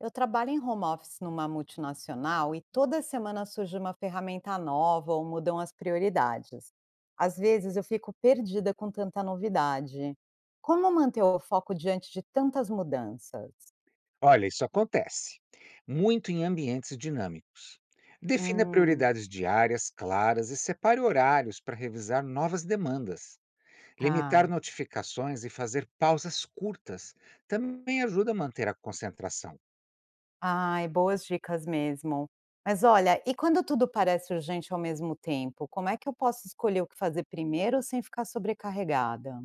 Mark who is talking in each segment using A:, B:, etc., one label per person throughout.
A: Eu trabalho em home office numa multinacional e toda semana surge uma ferramenta nova ou mudam as prioridades. Às vezes eu fico perdida com tanta novidade. Como manter o foco diante de tantas mudanças?
B: Olha, isso acontece muito em ambientes dinâmicos. Defina
A: Hum,
B: prioridades diárias claras e separe horários para revisar novas demandas. Limitar
A: tá.
B: notificações e fazer pausas curtas também ajuda a manter a concentração.
A: Ai, boas dicas mesmo. Mas olha, e quando tudo parece urgente ao mesmo tempo, como é que eu posso escolher o que fazer primeiro sem ficar sobrecarregada?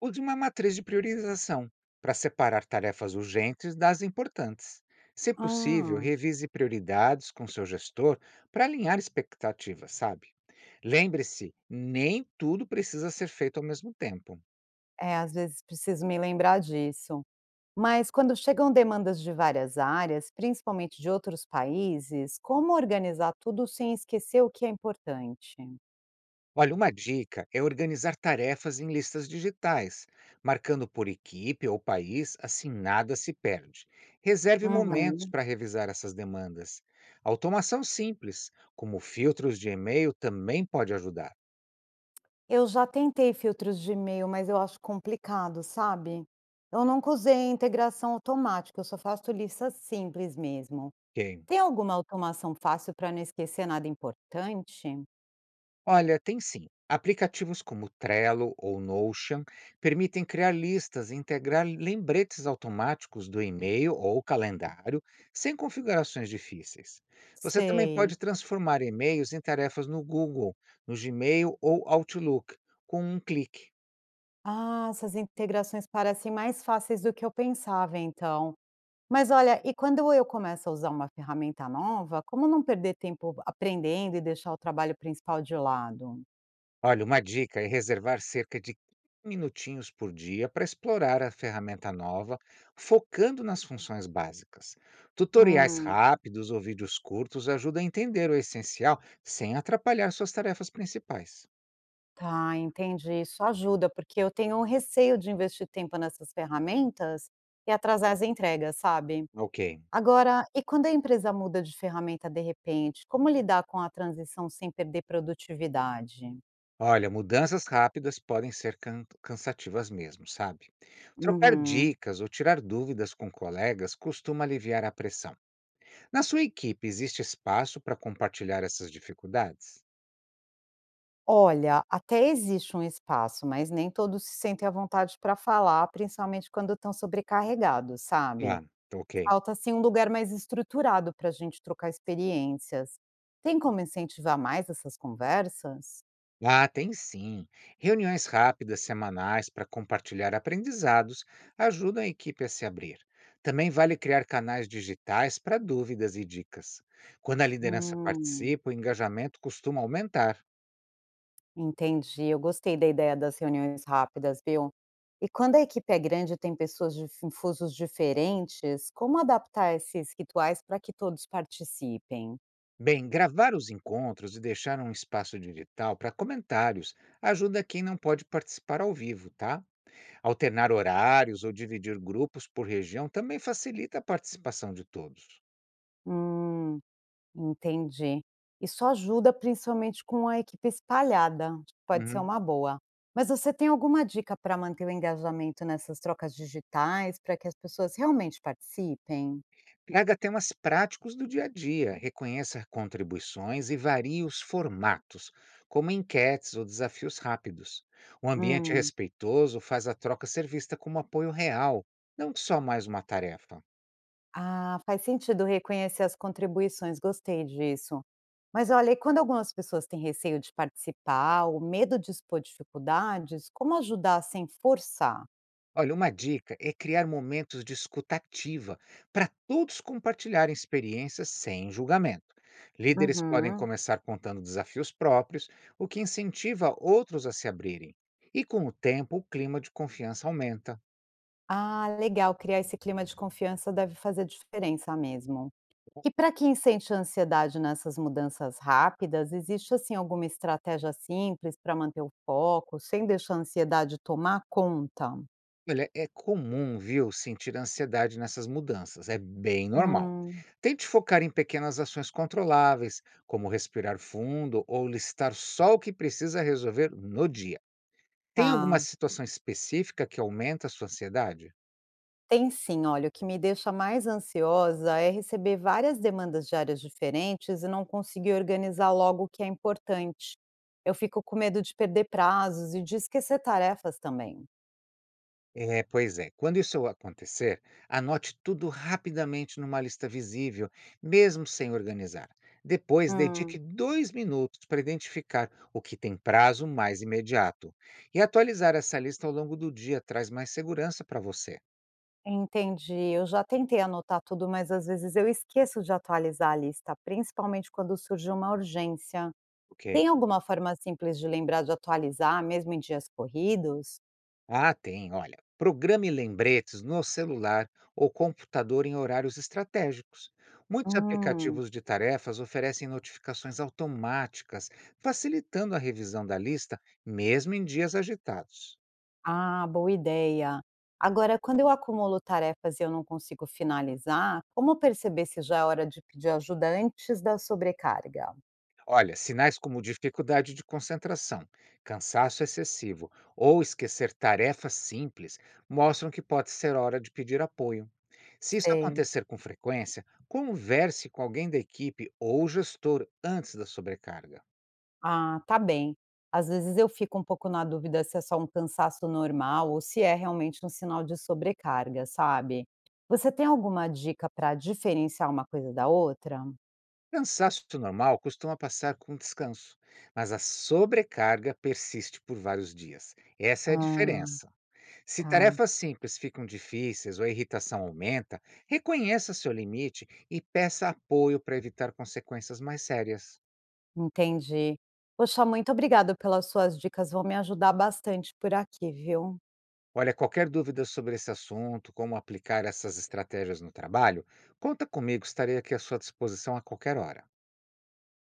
B: Use uma matriz de priorização para separar tarefas urgentes das importantes. Se possível,
A: Ah,
B: revise prioridades com seu gestor para alinhar expectativas, sabe? Lembre-se, nem tudo precisa ser feito ao mesmo tempo.
A: é, às vezes preciso me lembrar disso. Mas quando chegam demandas de várias áreas, principalmente de outros países, como organizar tudo sem esquecer o que é importante?
B: Olha, uma dica é organizar tarefas em listas digitais, marcando por equipe ou país, assim nada se perde. Reserve momentos
A: Uhum.
B: para revisar essas demandas. Automação simples, como filtros de e-mail, também pode ajudar,
A: Eu já tentei filtros de e-mail, mas eu acho complicado, sabe? Eu nunca usei integração automática, eu só faço listas simples mesmo.
B: ok?
A: Tem alguma automação fácil para não esquecer nada importante?
B: Olha, tem sim. Aplicativos como Trello ou Notion permitem criar listas e integrar lembretes automáticos do e-mail ou calendário, sem configurações difíceis. Você também
A: Sei.
B: pode transformar e-mails em tarefas no Google, no Gmail ou Outlook, com um clique.
A: Ah, essas integrações parecem mais fáceis do que eu pensava, então. Mas olha, e quando eu começo a usar uma ferramenta nova, como não perder tempo aprendendo e deixar o trabalho principal de lado?
B: Olha, uma dica é reservar cerca de minutinhos por dia para explorar a ferramenta nova, focando nas funções básicas. Tutoriais
A: Hum,
B: rápidos ou vídeos curtos ajudam a entender o essencial sem atrapalhar suas tarefas principais.
A: tá, entendi. Isso ajuda, porque eu tenho um receio de investir tempo nessas ferramentas e atrasar as entregas, sabe?
B: Ok.
A: Agora, e quando a empresa muda de ferramenta de repente, como lidar com a transição sem perder produtividade?
B: Olha, mudanças rápidas podem ser cansativas mesmo, sabe? Trocar
A: Uhum.
B: dicas ou tirar dúvidas com colegas costuma aliviar a pressão. Na sua equipe, existe espaço para compartilhar essas dificuldades?
A: Olha, até existe um espaço, mas nem todos se sentem à vontade para falar, principalmente quando estão sobrecarregados, sabe?
B: Ah, ok.
A: Falta assim um lugar mais estruturado para a gente trocar experiências. Tem como incentivar mais essas conversas?
B: Ah, tem sim. Reuniões rápidas semanais para compartilhar aprendizados ajudam a equipe a se abrir. Também vale criar canais digitais para dúvidas e dicas. Quando a liderança
A: Hum,
B: participa, o engajamento costuma aumentar.
A: entendi. Eu gostei da ideia das reuniões rápidas, viu? E quando a equipe é grande e tem pessoas de fusos diferentes, como adaptar esses rituais para que todos participem?
B: Bem, gravar os encontros e deixar um espaço digital para comentários ajuda quem não pode participar ao vivo, tá? Alternar horários ou dividir grupos por região também facilita a participação de todos.
A: Hum. Entendi. Isso ajuda principalmente com a equipe espalhada, acho que pode ser
B: Uhum.
A: uma boa. Mas você tem alguma dica para manter o engajamento nessas trocas digitais, para que as pessoas realmente participem?
B: Traga temas práticos do dia a dia, reconheça contribuições e varie os formatos, como enquetes ou desafios rápidos. Um ambiente
A: Hum.
B: respeitoso faz a troca ser vista como apoio real, não só mais uma tarefa.
A: Ah, faz sentido reconhecer as contribuições, gostei disso. Mas olha, e quando algumas pessoas têm receio de participar, ou medo de expor dificuldades, como ajudar sem forçar?
B: Olha, uma dica é criar momentos de escutativa para todos compartilharem experiências sem julgamento. Líderes podem
A: Uhum.
B: começar contando desafios próprios, o que incentiva outros a se abrirem. E com o tempo, o clima de confiança aumenta.
A: Ah, legal, criar esse clima de confiança deve fazer diferença mesmo. E para quem sente ansiedade nessas mudanças rápidas, existe assim alguma estratégia simples para manter o foco, sem deixar a ansiedade tomar conta?
B: Olha, é comum, viu, sentir ansiedade nessas mudanças, é bem normal.
A: Hum,
B: Tente focar em pequenas ações controláveis, como respirar fundo ou listar só o que precisa resolver no dia. Tem alguma
A: tá.
B: situação específica que aumenta a sua ansiedade?
A: Tem sim, olha, o que me deixa mais ansiosa é receber várias demandas de áreas diferentes e não conseguir organizar logo o que é importante. Eu fico com medo de perder prazos e de esquecer tarefas também.
B: É, pois é. Quando isso acontecer, anote tudo rapidamente numa lista visível, mesmo sem organizar. Depois, dedique
A: Hum.
B: 2 minutos para identificar o que tem prazo mais imediato. E atualizar essa lista ao longo do dia traz mais segurança para você,
A: Entendi. Eu já tentei anotar tudo, mas às vezes eu esqueço de atualizar a lista, principalmente quando surge uma urgência.
B: ok?
A: Tem alguma forma simples de lembrar de atualizar, mesmo em dias corridos?
B: Ah, tem, olha. Programe lembretes no celular ou computador em horários estratégicos. Muitos
A: Hum,
B: aplicativos de tarefas oferecem notificações automáticas, facilitando a revisão da lista, mesmo em dias agitados.
A: ah, boa ideia. Agora, quando eu acumulo tarefas e eu não consigo finalizar, como perceber se já é hora de pedir ajuda antes da sobrecarga?
B: Olha, sinais como dificuldade de concentração, cansaço excessivo ou esquecer tarefas simples mostram que pode ser hora de pedir apoio. Se isso
A: Sei.
B: acontecer com frequência, converse com alguém da equipe ou gestor antes da sobrecarga.
A: Ah, tá bem. Às vezes eu fico um pouco na dúvida se é só um cansaço normal ou se é realmente um sinal de sobrecarga, sabe? Você tem alguma dica para diferenciar uma coisa da outra?
B: Cansaço normal costuma passar com descanso, mas a sobrecarga persiste por vários dias. Essa é a
A: Ah,
B: diferença. Se
A: tá.
B: tarefas simples ficam difíceis ou a irritação aumenta, reconheça seu limite e peça apoio para evitar consequências mais sérias.
A: Entendi. Poxa, muito obrigada pelas suas dicas, vão me ajudar bastante por aqui, viu?
B: Olha, qualquer dúvida sobre esse assunto, como aplicar essas estratégias no trabalho, conta comigo, estarei aqui à sua disposição a qualquer hora.